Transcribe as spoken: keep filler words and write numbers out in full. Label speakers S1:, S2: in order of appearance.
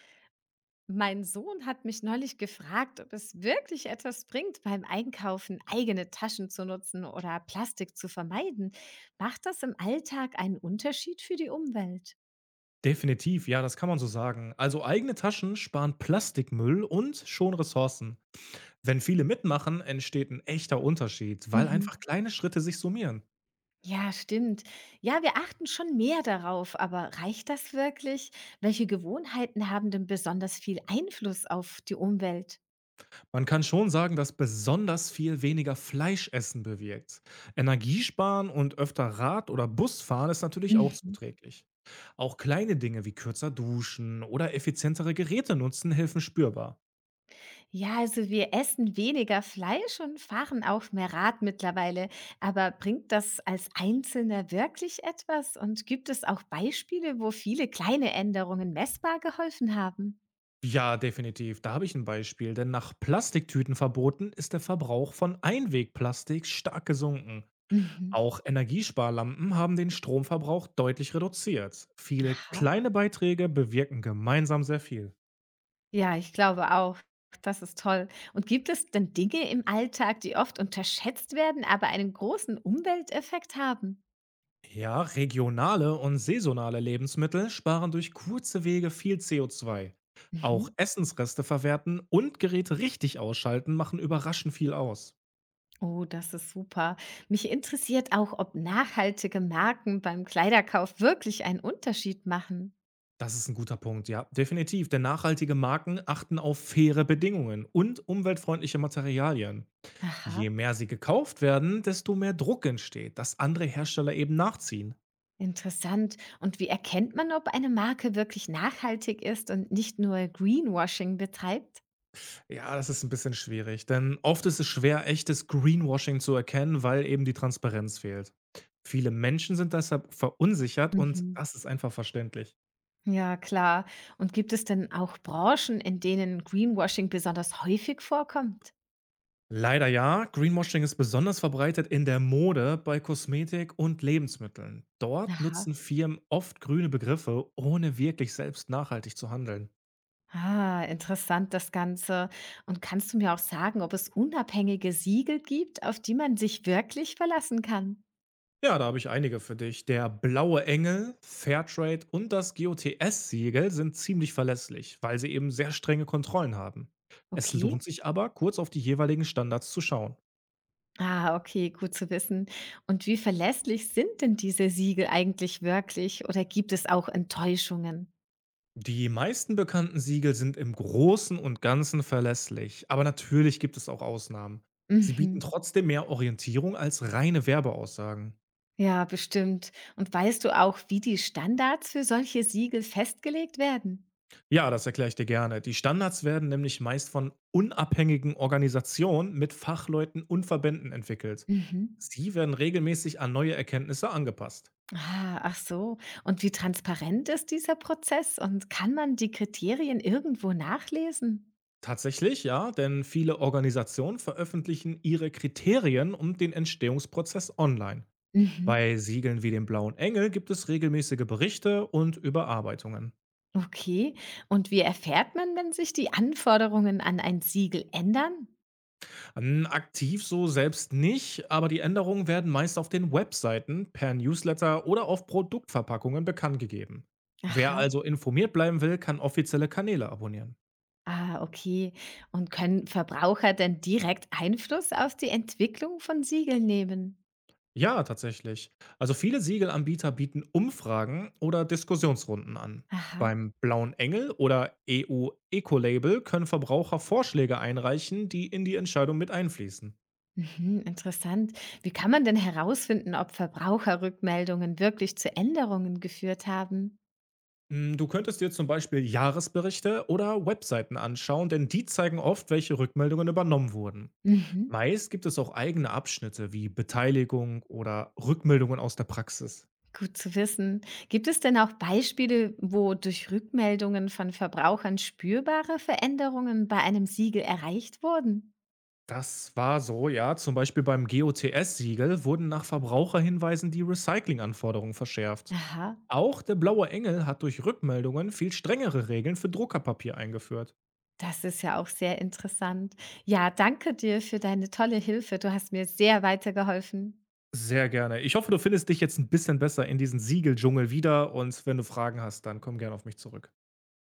S1: Mein Sohn hat mich neulich gefragt, ob es wirklich etwas bringt, beim Einkaufen eigene Taschen zu nutzen oder Plastik zu vermeiden. Macht das im Alltag einen Unterschied für die Umwelt?
S2: Definitiv, ja, das kann man so sagen. Also eigene Taschen sparen Plastikmüll und schon Ressourcen. Wenn viele mitmachen, entsteht ein echter Unterschied, weil
S1: Mhm.
S2: einfach kleine Schritte sich summieren.
S1: Ja, stimmt. Ja, wir achten schon mehr darauf, aber reicht das wirklich? Welche Gewohnheiten haben denn besonders viel Einfluss auf die Umwelt?
S2: Man kann schon sagen, dass besonders viel weniger Fleischessen bewirkt. Energiesparen und öfter Rad- oder Busfahren ist natürlich auch
S1: Mhm.
S2: zuträglich. Auch kleine Dinge wie kürzer duschen oder effizientere Geräte nutzen helfen spürbar.
S1: Ja, also wir essen weniger Fleisch und fahren auch mehr Rad mittlerweile. Aber bringt das als Einzelner wirklich etwas? Und gibt es auch Beispiele, wo viele kleine Änderungen messbar geholfen haben?
S2: Ja, definitiv. Da habe ich ein Beispiel, denn nach Plastiktütenverboten ist der Verbrauch von Einwegplastik stark gesunken.
S1: Mhm.
S2: Auch Energiesparlampen haben den Stromverbrauch deutlich reduziert. Viele
S1: Aha.
S2: kleine Beiträge bewirken gemeinsam sehr viel.
S1: Ja, ich glaube auch. Das ist toll. Und gibt es denn Dinge im Alltag, die oft unterschätzt werden, aber einen großen Umwelteffekt haben?
S2: Ja, regionale und saisonale Lebensmittel sparen durch kurze Wege viel C O zwei. Auch
S1: Mhm.
S2: Essensreste verwerten und Geräte richtig ausschalten machen überraschend viel aus.
S1: Oh, das ist super. Mich interessiert auch, ob nachhaltige Marken beim Kleiderkauf wirklich einen Unterschied machen.
S2: Das ist ein guter Punkt, ja, definitiv, denn nachhaltige Marken achten auf faire Bedingungen und umweltfreundliche Materialien.
S1: Aha,
S2: Je mehr sie gekauft werden, desto mehr Druck entsteht, dass andere Hersteller eben nachziehen.
S1: interessant. Und wie erkennt man, ob eine Marke wirklich nachhaltig ist und nicht nur Greenwashing betreibt?
S2: Ja, das ist ein bisschen schwierig, denn oft ist es schwer, echtes Greenwashing zu erkennen, weil eben die Transparenz fehlt. Viele Menschen sind deshalb verunsichert und
S1: Mhm.
S2: das ist einfach verständlich.
S1: Ja, klar. Und gibt es denn auch Branchen, in denen Greenwashing besonders häufig vorkommt?
S2: Leider ja. Greenwashing ist besonders verbreitet in der Mode, bei Kosmetik und Lebensmitteln. Dort
S1: Aha.
S2: nutzen Firmen oft grüne Begriffe, ohne wirklich selbst nachhaltig zu handeln.
S1: Ah, interessant das Ganze. Und kannst du mir auch sagen, ob es unabhängige Siegel gibt, auf die man sich wirklich verlassen kann?
S2: Ja, da habe ich einige für dich. Der blaue Engel, Fairtrade und das G O T S-Siegel sind ziemlich verlässlich, weil sie eben sehr strenge Kontrollen haben. Es
S1: Okay.
S2: lohnt sich aber, kurz auf die jeweiligen Standards zu schauen.
S1: Ah, okay, gut zu wissen. Und wie verlässlich sind denn diese Siegel eigentlich wirklich oder gibt es auch Enttäuschungen?
S2: Die meisten bekannten Siegel sind im Großen und Ganzen verlässlich, aber natürlich gibt es auch Ausnahmen. Sie bieten
S1: Mhm.
S2: trotzdem mehr Orientierung als reine Werbeaussagen.
S1: Ja, bestimmt. Und weißt du auch, wie die Standards für solche Siegel festgelegt werden?
S2: Ja, das erkläre ich dir gerne. Die Standards werden nämlich meist von unabhängigen Organisationen mit Fachleuten und Verbänden entwickelt.
S1: Mhm.
S2: Sie werden regelmäßig an neue Erkenntnisse angepasst.
S1: Ah, ach so. Und wie transparent ist dieser Prozess und kann man die Kriterien irgendwo nachlesen?
S2: Tatsächlich, ja, denn viele Organisationen veröffentlichen ihre Kriterien und den Entstehungsprozess online.
S1: Mhm.
S2: Bei Siegeln wie dem Blauen Engel gibt es regelmäßige Berichte und Überarbeitungen.
S1: Okay. Und wie erfährt man, wenn sich die Anforderungen an ein Siegel ändern?
S2: Hm, Aktiv so selbst nicht, aber die Änderungen werden meist auf den Webseiten, per Newsletter oder auf Produktverpackungen bekannt gegeben. Wer
S1: Aha.
S2: also informiert bleiben will, kann offizielle Kanäle abonnieren.
S1: Ah, okay. Und können Verbraucher denn direkt Einfluss auf die Entwicklung von Siegeln nehmen?
S2: Ja, tatsächlich. Also viele Siegelanbieter bieten Umfragen oder Diskussionsrunden an.
S1: Aha.
S2: Beim Blauen Engel oder E U Ecolabel können Verbraucher Vorschläge einreichen, die in die Entscheidung mit einfließen.
S1: Mhm, interessant. Wie kann man denn herausfinden, ob Verbraucherrückmeldungen wirklich zu Änderungen geführt haben?
S2: Hm, du könntest dir zum Beispiel Jahresberichte oder Webseiten anschauen, denn die zeigen oft, welche Rückmeldungen übernommen wurden.
S1: Mhm,
S2: Meist gibt es auch eigene Abschnitte wie Beteiligung oder Rückmeldungen aus der Praxis.
S1: gut zu wissen. Gibt es denn auch Beispiele, wo durch Rückmeldungen von Verbrauchern spürbare Veränderungen bei einem Siegel erreicht wurden?
S2: Das war so, ja, zum Beispiel beim G O T S-Siegel wurden nach Verbraucherhinweisen die Recyclinganforderungen verschärft.
S1: Aha.
S2: Auch der Blaue Engel hat durch Rückmeldungen viel strengere Regeln für Druckerpapier eingeführt.
S1: Das ist ja auch sehr interessant. Ja, danke dir für deine tolle Hilfe. Du hast mir sehr weitergeholfen.
S2: Sehr gerne. Ich hoffe, du findest dich jetzt ein bisschen besser in diesen Siegeldschungel wieder und wenn du Fragen hast, dann komm gerne auf mich zurück.